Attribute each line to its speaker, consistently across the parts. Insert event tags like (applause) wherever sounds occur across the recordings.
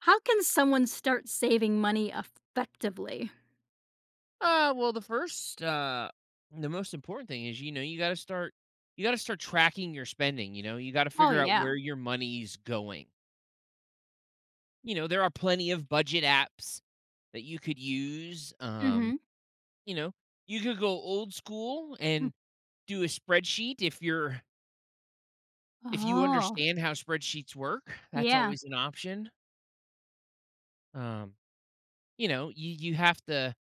Speaker 1: How can someone start saving money effectively?
Speaker 2: Uh, well, the first, uh, the most important thing is, you know, you got to start, you got to start tracking your spending. You know, you got to
Speaker 1: Oh,
Speaker 2: figure out
Speaker 1: yeah.
Speaker 2: where your money's going. You know, there are plenty of budget apps that you could use.
Speaker 1: Mhm.
Speaker 2: You know, you could go old school
Speaker 1: Mm.
Speaker 2: and do a spreadsheet if you
Speaker 1: Oh,
Speaker 2: understand how spreadsheets work. That's
Speaker 1: yeah.
Speaker 2: always an option. Um, you know,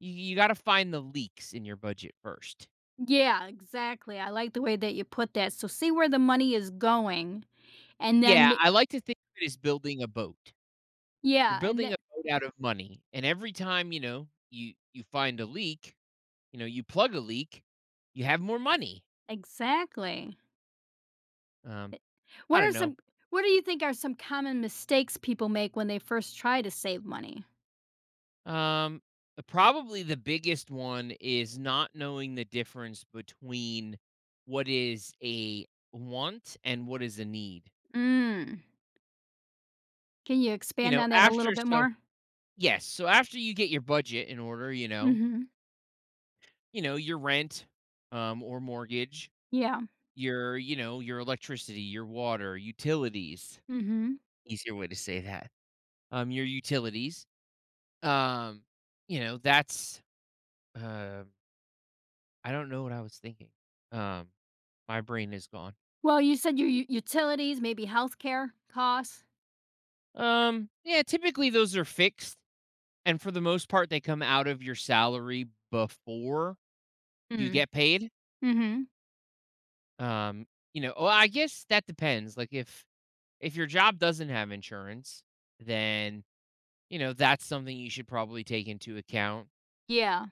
Speaker 2: you got to find the leaks in your budget first.
Speaker 1: Yeah, exactly. I like the way that you put that. So see where the money is going and then
Speaker 2: Yeah,
Speaker 1: m
Speaker 2: I like to think of it as building a boat. You're
Speaker 1: yeah, and
Speaker 2: building
Speaker 1: then
Speaker 2: a boat out of money, and every time, you know, you find a leak, you know, you plug a leak, you have more money.
Speaker 1: exactly.
Speaker 2: Um,
Speaker 1: Eh, what
Speaker 2: I
Speaker 1: are
Speaker 2: don't know.
Speaker 1: some what do you think are some common mistakes people make when they first try to save money?
Speaker 2: Um, Probably the biggest one is not knowing the difference between what is a want and what is a need.
Speaker 1: Mm. Can you
Speaker 2: You
Speaker 1: expand
Speaker 2: know,
Speaker 1: on that a little
Speaker 2: after
Speaker 1: bit
Speaker 2: so
Speaker 1: more?
Speaker 2: Yes, so after you get your budget in order,
Speaker 1: Mhm.
Speaker 2: you know, your rent, or mortgage,
Speaker 1: Yeah.
Speaker 2: your, you know, your electricity, your water, utilities.
Speaker 1: Mhm.
Speaker 2: Easier way to say that. Your utilities. Um, you know, that's, um, I don't know what I was thinking. Um, my brain is gone.
Speaker 1: Well, you said your u utilities, maybe healthcare costs.
Speaker 2: Yeah, typically those are fixed, and for the most part, they come out of your salary before you get paid.
Speaker 1: Mhm.
Speaker 2: Um, you know, well, I guess that depends. If your job doesn't have insurance, then you know that's something you should probably take into account.
Speaker 1: Yeah.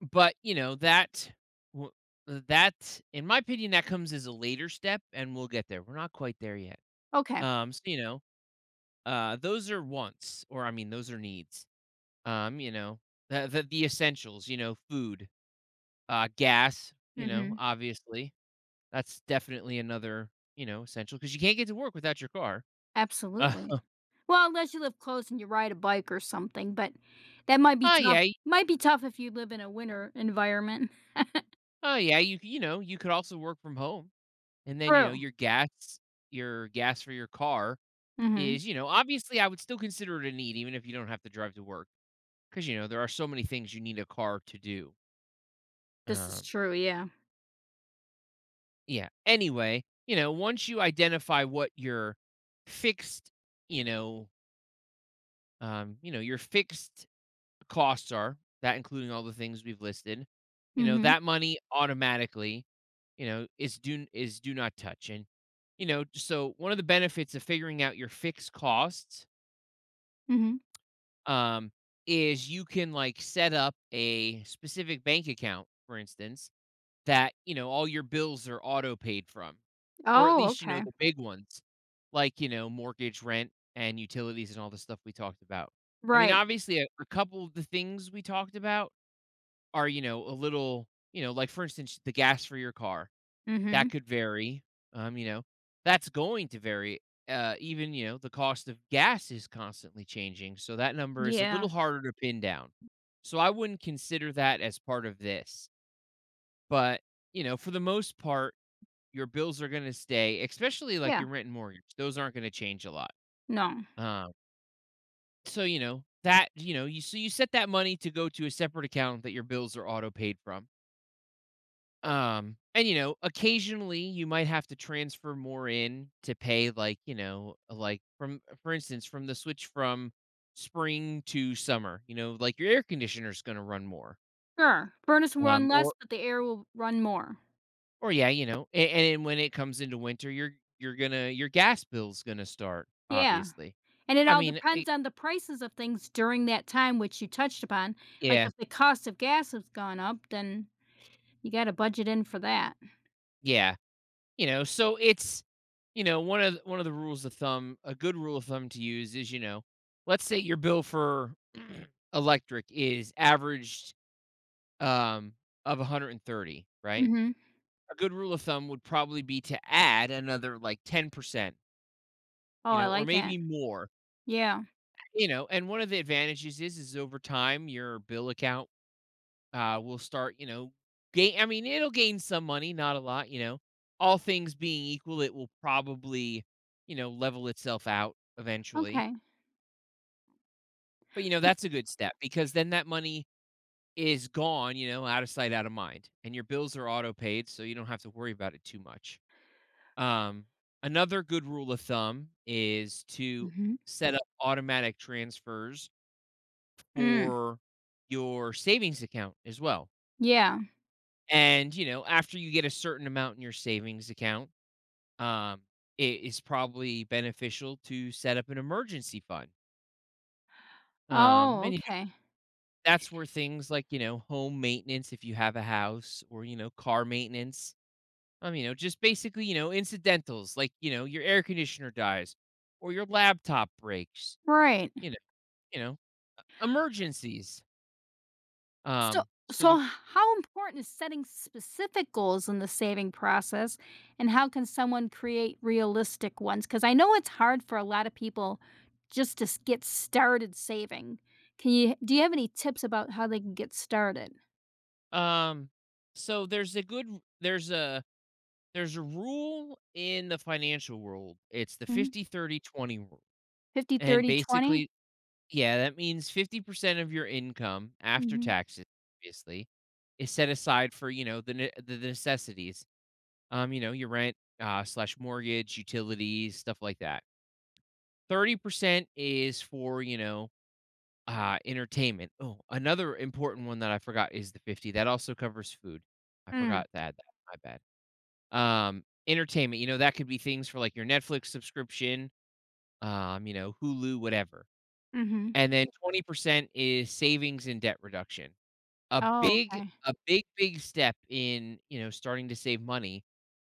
Speaker 2: But, you know, w that in my opinion, that comes as a later step, and we'll get there. We're not quite there yet.
Speaker 1: Okay.
Speaker 2: You know, those are wants, or I mean, those are needs. You know, the essentials, you know, food, gas, you know,
Speaker 1: Mhm.
Speaker 2: obviously. That's definitely another, you know, essential because you can't get to work without your car. Uh,
Speaker 1: Absolutely.
Speaker 2: (laughs)
Speaker 1: Well, unless you live close and you ride a bike or something, but that
Speaker 2: oh, yeah, y-
Speaker 1: might be tough if you live in a winter environment.
Speaker 2: oh, yeah, you know, you could also work from home, and then, you know,
Speaker 1: True.
Speaker 2: your gas for your car
Speaker 1: Mhm.
Speaker 2: is, you know, obviously, I would still consider it a need even if you don't have to drive to work because you know, there are so many things you need a car to do.
Speaker 1: This is
Speaker 2: Um,
Speaker 1: true, yeah.
Speaker 2: yeah, anyway, you know, once you identify what your fixed, you know, your fixed costs are, that including all the things we've listed, you know,
Speaker 1: Mhm.
Speaker 2: that money automatically, you know, is do not touch, and, you know, so one of the benefits of figuring out your fixed costs,
Speaker 1: Mhm.
Speaker 2: um, is you can like set up a specific bank account, for instance, that you know all your bills are auto paid from, or at
Speaker 1: Oh,
Speaker 2: least you know
Speaker 1: okay.
Speaker 2: the big ones, like you know mortgage, rent, and utilities, and all the stuff we talked about. I mean,
Speaker 1: Right.
Speaker 2: obviously, a couple of the things we talked about are you know a little you know like for instance the gas for your car that
Speaker 1: Mhm.
Speaker 2: could vary, um, you know, that's going to vary, even, you know, the cost of gas is constantly changing, so that number is a little
Speaker 1: Yeah.
Speaker 2: harder to pin down. So I wouldn't consider that as part of this, but, you know, for the most part, your bills are gonna stay, especially, like,
Speaker 1: Yeah.
Speaker 2: your rent and mortgage, those aren't gonna change a lot,
Speaker 1: No.
Speaker 2: um, you know, that you know, you so you set that money to go to a separate account that your bills are auto paid from. And, you know, occasionally you might have to transfer more in to pay like, you know, like from for instance, from the switch from spring to summer, you know, like your air conditioner's gonna run more.
Speaker 1: Sure. Furnace will run
Speaker 2: Um, or
Speaker 1: less, but the air will run more.
Speaker 2: or yeah, you know, and when it comes into winter, you're gonna your gas bill's gonna start,
Speaker 1: Yeah.
Speaker 2: obviously.
Speaker 1: And it
Speaker 2: I
Speaker 1: all
Speaker 2: mean, eh,
Speaker 1: depends on the prices of things during that time, which you touched upon. Like,
Speaker 2: yeah,
Speaker 1: if the cost of gas has gone up, then you gotta budget in for that.
Speaker 2: yeah. You know, so it's you know, one of the rules of thumb, a good rule of thumb to use is, you know, let's say your bill for (clears throat) electric is averaged, um, of 130, right?
Speaker 1: Mhm.
Speaker 2: A good rule of thumb would probably be to add another, like, 10%,
Speaker 1: Oh,
Speaker 2: you
Speaker 1: I
Speaker 2: know, or
Speaker 1: like that.
Speaker 2: maybe more,
Speaker 1: Yeah.
Speaker 2: you know, and one of the advantages is over time, your bill account, will start, you know, gain. I mean, it'll gain some money, not a lot, you know. All things being equal, it will probably, you know, level itself out eventually.
Speaker 1: Okay.
Speaker 2: But you know,
Speaker 1: E
Speaker 2: that's a good step because then that money is gone, you know, out of sight, out of mind, and your bills are auto paid, so you don't have to worry about it too much. Um, Another good rule of thumb is to
Speaker 1: Mhm.
Speaker 2: set up automatic transfers
Speaker 1: Mm.
Speaker 2: for your savings account as well.
Speaker 1: Yeah.
Speaker 2: And, you know, after you get a certain amount in your savings account, um, it is probably beneficial to set up an emergency fund.
Speaker 1: Oh,
Speaker 2: And you know,
Speaker 1: okay.
Speaker 2: that's where things like, you know, home maintenance, if you have a house, or, you know, car maintenance, you know, just basically, you know, incidentals like, you know, your air conditioner dies or your laptop breaks,
Speaker 1: Right.
Speaker 2: you know, you know, emergencies.
Speaker 1: So
Speaker 2: Um, so the,
Speaker 1: so how important is setting specific goals in the saving process, and how can someone create realistic ones? Because I know it's hard for a lot of people just to s get started saving. Can you do you have any tips about how they can get started?
Speaker 2: um, so there's a good, there's a, there's a rule in the financial world. It's the
Speaker 1: Mm.
Speaker 2: 50/30/20 rule.
Speaker 1: 50,
Speaker 2: And
Speaker 1: 30, 20?
Speaker 2: basically, yeah, that means 50% of your income after
Speaker 1: Mhm.
Speaker 2: taxes, obviously, is set aside for, you know, the necessities. You know, your rent, slash mortgage, utilities, stuff like that. 30% is for, you know, entertainment. Oh, another important one that I forgot is the 50. That also covers food. I
Speaker 1: Mm.
Speaker 2: forgot to add that. My bad. Entertainment, you know, that could be things for, like, your Netflix subscription, you know, Hulu, whatever.
Speaker 1: Mhm.
Speaker 2: And then 20% is savings and debt reduction.
Speaker 1: Oh, okay.
Speaker 2: A big, big step in, you know, starting to save money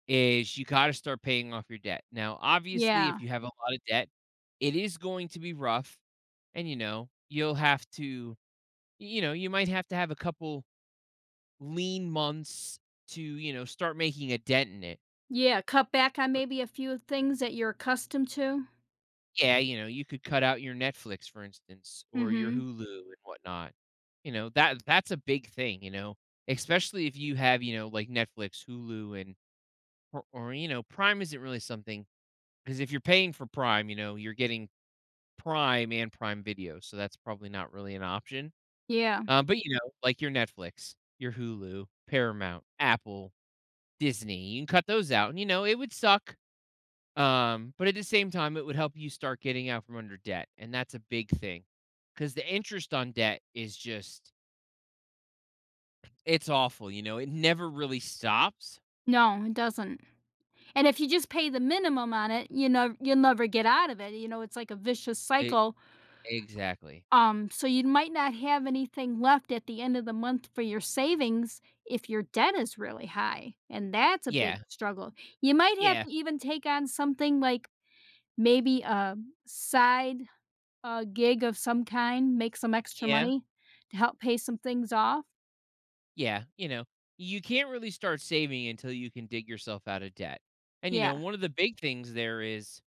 Speaker 2: is you gotta start paying off your debt. Now, obviously,
Speaker 1: Yeah.
Speaker 2: if you have a lot of debt, it is going to be rough, and, you know, you know, you might have to have a couple lean months to, you know, start making a dent in it.
Speaker 1: Yeah, cut back on maybe a few things that you're accustomed to.
Speaker 2: Yeah, you know, you could cut out your Netflix, for instance, or your
Speaker 1: Mhm.
Speaker 2: Hulu and whatnot. You know, that's a big thing, you know, especially if you have, you know, like Netflix, Hulu, and or you know, Prime isn't really something because if you're paying for Prime, you know, you're getting Prime and Prime Video, so that's probably not really an option.
Speaker 1: Yeah.
Speaker 2: But you know, like your Netflix, your Hulu, Paramount, Apple, Disney, you can cut those out, and you know, it would suck, but at the same time, it would help you start getting out from under debt, and that's a big thing, because the interest on debt is just it's awful, you know? It never really stops.
Speaker 1: No, it doesn't. And if you just pay the minimum on it, you know, you'll never get out of it. You know, it's like a vicious
Speaker 2: E
Speaker 1: cycle.
Speaker 2: Exactly.
Speaker 1: So you might not have anything left at the end of the month for your savings if your debt is really high. And that's a big
Speaker 2: Yeah.
Speaker 1: struggle. You might have
Speaker 2: Yeah.
Speaker 1: to even take on something like maybe a side gig of some kind, make some extra
Speaker 2: Yeah.
Speaker 1: money to help pay some things off.
Speaker 2: Yeah, you know, you can't really start saving until you can dig yourself out of debt. And, you know,
Speaker 1: Yeah.
Speaker 2: one of the big things there is,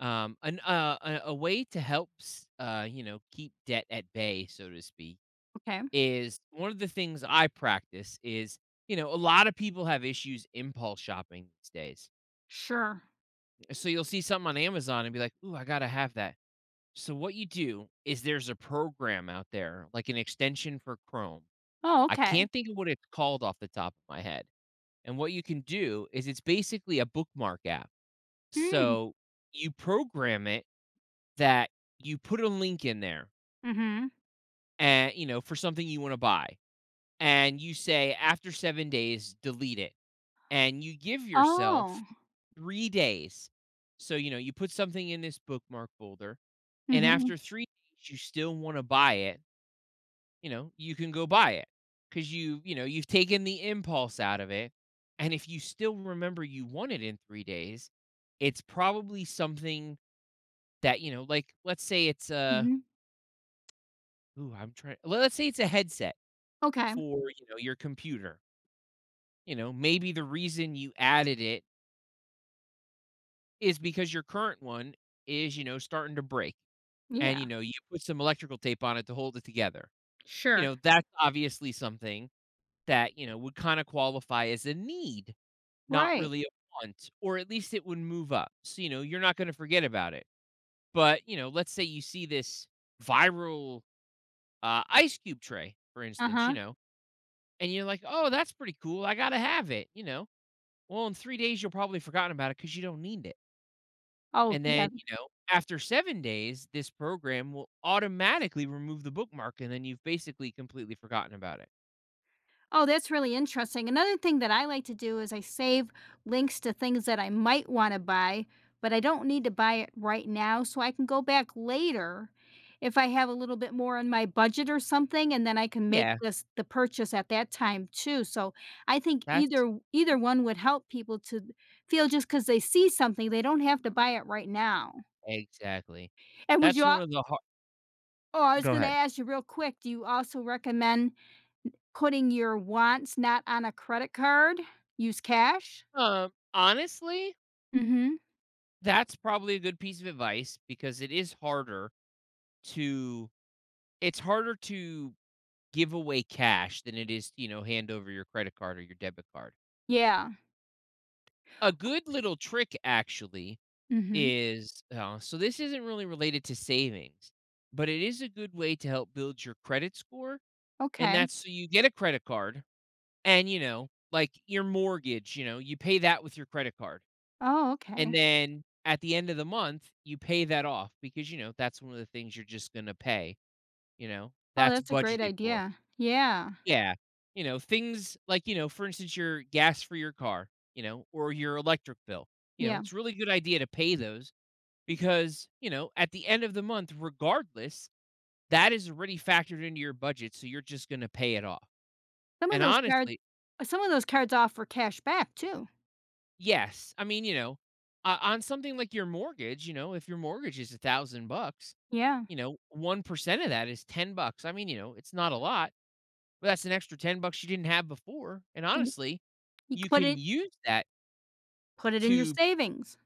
Speaker 2: an a way to help s you know, keep debt at bay, so to speak,
Speaker 1: Okay.
Speaker 2: is one of the things I practice is, you know, a lot of people have issues impulse shopping these days.
Speaker 1: Sure.
Speaker 2: So you'll see something on Amazon and be like, ooh, I gotta have that. So what you do is there's a program out there, like an extension for Chrome.
Speaker 1: Oh,
Speaker 2: I
Speaker 1: okay.
Speaker 2: can't think of what it's called off the top of my head. And what you can do is it's basically a bookmark app.
Speaker 1: Mm.
Speaker 2: So you program it that you put a link in there
Speaker 1: Mhm.
Speaker 2: and you know for something you want to buy, and you say after 7 days delete it, and you give yourself
Speaker 1: Oh.
Speaker 2: 3 days. So, you know, you put something in this bookmark folder, and
Speaker 1: Mhm.
Speaker 2: after 3 days, you still wanna buy it, you know, you can go buy it because you know, you've taken the impulse out of it, and if you still remember you want it in 3 days, it's probably something that, you know, like, let's say it's a
Speaker 1: Mhm.
Speaker 2: ooh, I'm trying, well, let's say it's a headset
Speaker 1: Okay.
Speaker 2: for, you know, your computer. You know, maybe the reason you added it is because your current one is, you know, starting to break and, you
Speaker 1: Yeah.
Speaker 2: know, you put some electrical tape on it to hold it together. You
Speaker 1: Sure.
Speaker 2: know, that's obviously something that, you know, would kinda qualify as a need, not
Speaker 1: Right.
Speaker 2: really a want, or at least it would move up. So, you know, you're not gonna forget about it. But, you know, let's say you see this viral, ice cube tray, for instance, you
Speaker 1: Uh-huh.
Speaker 2: know, and you're like, "Oh, that's pretty cool. I gotta have it," you know? Well, in 3 days, you'll probably forgotten about it because you don't need it.
Speaker 1: Oh,
Speaker 2: And then,
Speaker 1: yeah.
Speaker 2: you know, after 7 days, this program will automatically remove the bookmark, and then you've basically completely forgotten about it.
Speaker 1: Oh, that's really interesting. Another thing that I like to do is I save links to things that I might want to buy, but I don't need to buy it right now. So I can go back later if I have a little bit more in my budget or something, and then I can make
Speaker 2: Yeah,
Speaker 1: this the purchase at that time too. So I think
Speaker 2: that's
Speaker 1: either one would help people to feel just because they see something, they don't have to buy it right now.
Speaker 2: exactly.
Speaker 1: And would you
Speaker 2: That's one
Speaker 1: al-
Speaker 2: of the har.
Speaker 1: Oh, I was
Speaker 2: Go
Speaker 1: gonna
Speaker 2: ahead.
Speaker 1: ask you real quick, do you also recommend putting your wants not on a credit card, use cash?
Speaker 2: Honestly,
Speaker 1: Mhm.
Speaker 2: that's probably a good piece of advice because it is harder to. It's harder to give away cash than it is, you know, hand over your credit card or your debit card.
Speaker 1: Yeah.
Speaker 2: A good little trick, actually,
Speaker 1: Mhm.
Speaker 2: is so this isn't really related to savings, but it is a good way to help build your credit score. And
Speaker 1: Okay.
Speaker 2: that's, so you get a credit card and, you know, like your mortgage, you know, you pay that with your credit card.
Speaker 1: Oh,
Speaker 2: And
Speaker 1: okay.
Speaker 2: then at the end of the month, you pay that off because, you know, that's one of the things you're just going to pay, you know,
Speaker 1: Oh,
Speaker 2: that's
Speaker 1: that's a great
Speaker 2: budgeted for.
Speaker 1: idea. Yeah.
Speaker 2: Yeah. You know, things like, you know, for instance, your gas for your car, you know, or your electric bill. You know,
Speaker 1: Yeah.
Speaker 2: it's really good idea to pay those because you know at the end of the month regardless that is already factored into your budget, so you're just going to pay it off.
Speaker 1: Some of
Speaker 2: And
Speaker 1: those cards,
Speaker 2: honestly,
Speaker 1: some of those cards offer cash back too.
Speaker 2: yes, I mean, you know, on something like your mortgage, you know, if your mortgage is a thousand bucks,
Speaker 1: Yeah.
Speaker 2: you know, 1% of that is 10 bucks. I mean, you know, it's not a lot, but that's an extra 10 bucks you didn't have before. And
Speaker 1: And
Speaker 2: honestly,
Speaker 1: you could
Speaker 2: you can use that
Speaker 1: put it in your
Speaker 2: to
Speaker 1: savings.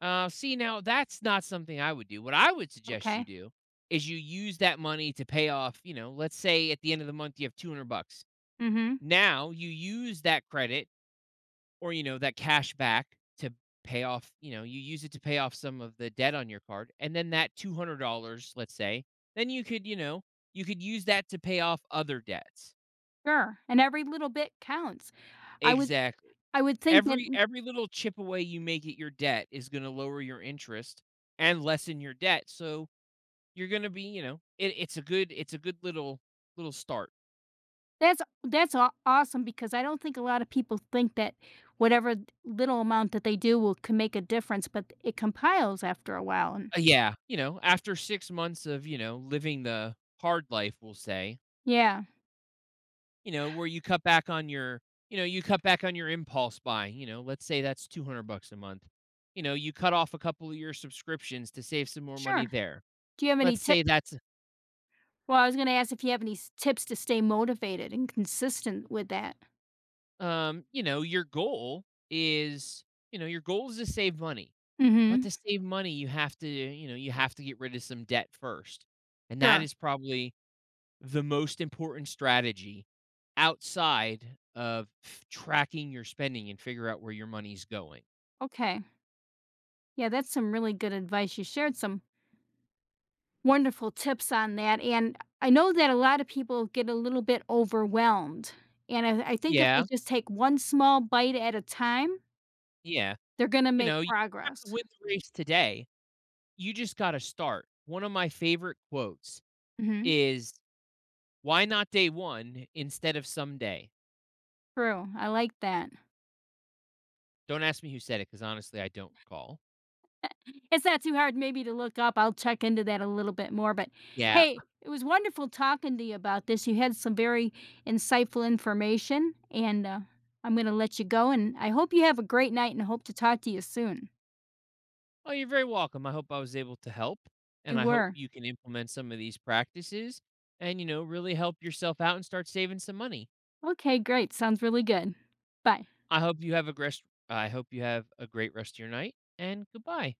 Speaker 2: See, now that's not something I would do. What I would suggest you
Speaker 1: Okay.
Speaker 2: do is you use that money to pay off, you know, let's say at the end of the month you have 200 bucks.
Speaker 1: Mhm.
Speaker 2: Now you use that credit or, you know, that cash back to pay off, you know, you use it to pay off some of the debt on your card. And then that $200, let's say, then you could, you know, you could use that to pay off other debts.
Speaker 1: Sure. And every little bit counts. I would
Speaker 2: Exactly.
Speaker 1: I would think that.
Speaker 2: Every little chip away you make at your debt is going to lower your interest and lessen your debt. So you're gonna be, you know, it's a good little start.
Speaker 1: That's aw awesome because I don't think a lot of people think that whatever little amount that they do will can make a difference, but it compiles after a while, and
Speaker 2: Yeah, you know, after 6 months of, you know, living the hard life, we'll say,
Speaker 1: yeah,
Speaker 2: you know, where you cut back on your, you know, you cut back on your impulse buy. You know, let's say that's 200 bucks a month. You know, you cut off a couple of your subscriptions to save some more money
Speaker 1: sure.
Speaker 2: there.
Speaker 1: Do you have any
Speaker 2: Let's
Speaker 1: tip
Speaker 2: say that's
Speaker 1: Well, I was gonna ask if you have any s tips to stay motivated and consistent with that.
Speaker 2: you know, your goal is, you know, your goal is to save money. But
Speaker 1: Mhm.
Speaker 2: to save money, you have to, you know, you have to get rid of some debt first. And that
Speaker 1: Sure.
Speaker 2: is probably the most important strategy outside of tracking your spending and figure out where your money's going.
Speaker 1: Okay. Yeah, that's some really good advice. You shared some wonderful tips on that, and I know that a lot of people get a little bit overwhelmed, and I think if they
Speaker 2: Yeah,
Speaker 1: just take one small bite at a time
Speaker 2: yeah.
Speaker 1: they're gonna
Speaker 2: You
Speaker 1: make
Speaker 2: know, you have to
Speaker 1: progress.
Speaker 2: win the race today. You just got to start. One of my favorite quotes
Speaker 1: Mhm.
Speaker 2: is, why not day one instead of someday?
Speaker 1: True, I like that.
Speaker 2: Don't ask me who said it because honestly, I don't recall.
Speaker 1: It's not too hard maybe to look up. I'll check into that a little bit more, but
Speaker 2: Yeah.
Speaker 1: hey, it was wonderful talking to you about this. You had some very insightful information, and, I'm gonna let you go, and I hope you have a great night and hope to talk to you soon.
Speaker 2: Oh, you're very welcome. I hope I was able to help. And
Speaker 1: You
Speaker 2: I hope
Speaker 1: were.
Speaker 2: you can implement some of these practices and, you know, really help yourself out and start saving some money.
Speaker 1: Okay, great. Sounds really good. Bye.
Speaker 2: I hope you have a great I hope you have a great rest of your night, and goodbye.